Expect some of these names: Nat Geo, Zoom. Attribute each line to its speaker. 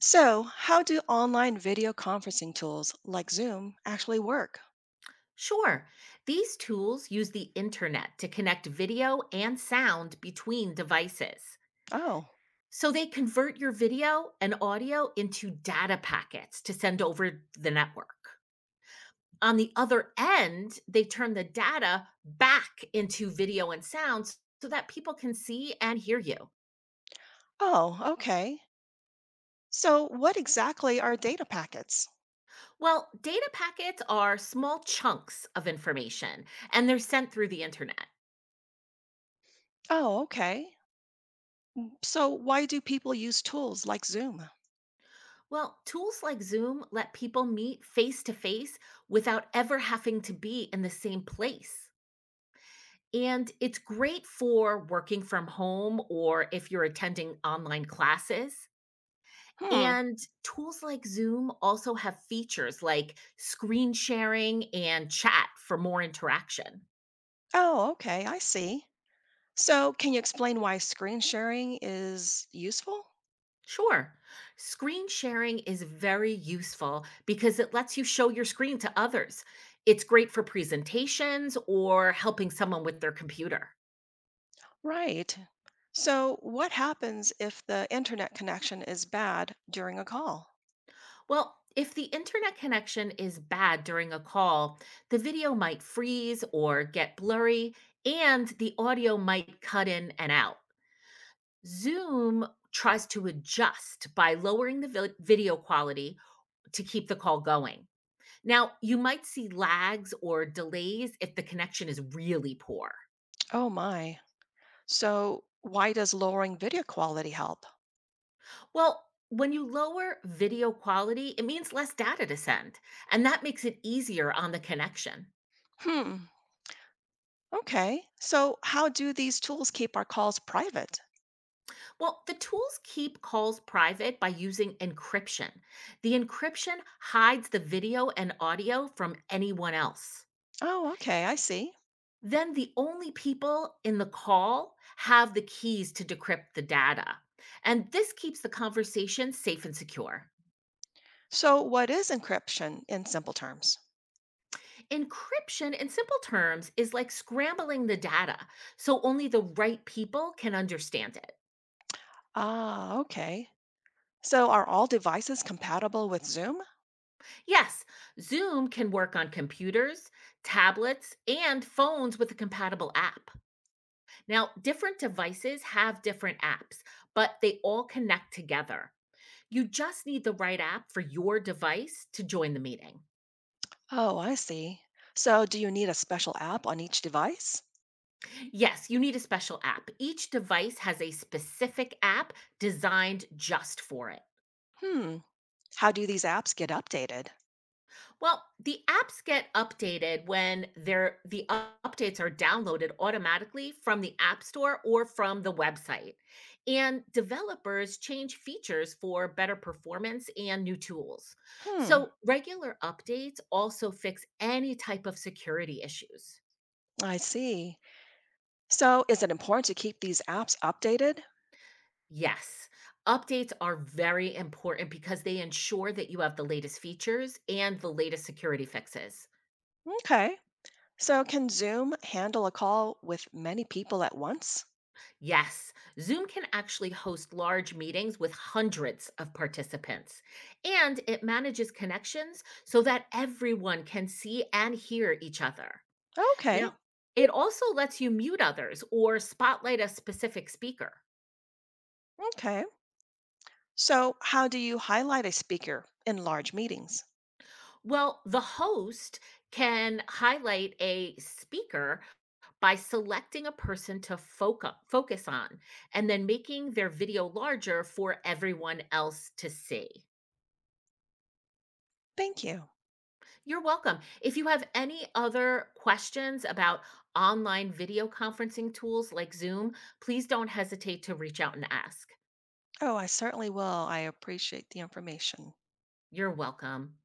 Speaker 1: So, how do online video conferencing tools like Zoom actually work?
Speaker 2: Sure. These tools use the internet to connect video and sound between devices.
Speaker 1: Oh,
Speaker 2: So they convert your video and audio into data packets to send over the network. On the other end, they turn the data back into video and sounds so that people can see and hear you.
Speaker 1: oh, okay. So, what exactly are data packets?
Speaker 2: Well, data packets are small chunks of information and they're sent through the internet.
Speaker 1: Oh, okay. So, why do people use tools like Zoom?
Speaker 2: Well, tools like Zoom let people meet face to face without ever having to be in the same place. And it's great for working from home or if you're attending online classes.
Speaker 1: Hmm.
Speaker 2: And tools like Zoom also have features like screen sharing and chat for more interaction.
Speaker 1: Oh, okay. I see. So, can you explain why screen sharing is useful?
Speaker 2: Sure. Screen sharing is very useful because it lets you show your screen to others. It's great for presentations or helping someone with their computer.
Speaker 1: Right. So, what happens if the internet connection is bad during a call?
Speaker 2: Well, if the internet connection is bad during a call, the video might freeze or get blurry, and the audio might cut in and out. Zoom tries to adjust by lowering the video quality to keep the call going. Now, you might see lags or delays if the connection is really poor.
Speaker 1: Oh, my. So, why does lowering video quality help?
Speaker 2: Well, when you lower video quality, it means less data to send, and that makes it easier on the connection.
Speaker 1: Hmm. Okay. So, how do these tools keep our calls private?
Speaker 2: Well, the tools keep calls private by using encryption. The encryption hides the video and audio from anyone else.
Speaker 1: Oh, okay. I see.
Speaker 2: Then the only people in the call have the keys to decrypt the data. And this keeps the conversation safe and secure.
Speaker 1: So, what is encryption in simple terms?
Speaker 2: Encryption, in simple terms, is like scrambling the data so only the right people can understand it.
Speaker 1: Ah, okay. So, are all devices compatible with Zoom?
Speaker 2: Yes, Zoom can work on computers, tablets, and phones with a compatible app. Now, different devices have different apps, but they all connect together. You just need the right app for your device to join the meeting.
Speaker 1: Oh, I see. So, do you need a special app on each device?
Speaker 2: Yes, you need a special app. Each device has a specific app designed just for it.
Speaker 1: Hmm. How do these apps get updated?
Speaker 2: Well, the apps get updated when updates are downloaded automatically from the App Store or from the website. And developers change features for better performance and new tools. So,
Speaker 1: Hmm.
Speaker 2: regular updates also fix any type of security issues.
Speaker 1: I see. So, is it important to keep these apps updated?
Speaker 2: Yes, updates are very important because they ensure that you have the latest features and the latest security fixes.
Speaker 1: Okay. So, can Zoom handle a call with many people at once?
Speaker 2: Yes, Zoom can actually host large meetings with hundreds of participants, and it manages connections so that everyone can see and hear each other.
Speaker 1: Okay.
Speaker 2: Now, it also lets you mute others or spotlight a specific speaker.
Speaker 1: Okay. So, how do you highlight a speaker in large meetings?
Speaker 2: Well, the host can highlight a speaker by selecting a person to focus on and then making their video larger for everyone else to see.
Speaker 1: Thank you.
Speaker 2: You're welcome. If you have any other questions about online video conferencing tools like Zoom, please don't hesitate to reach out and ask.
Speaker 1: Oh, I certainly will. I appreciate the information.
Speaker 2: You're welcome.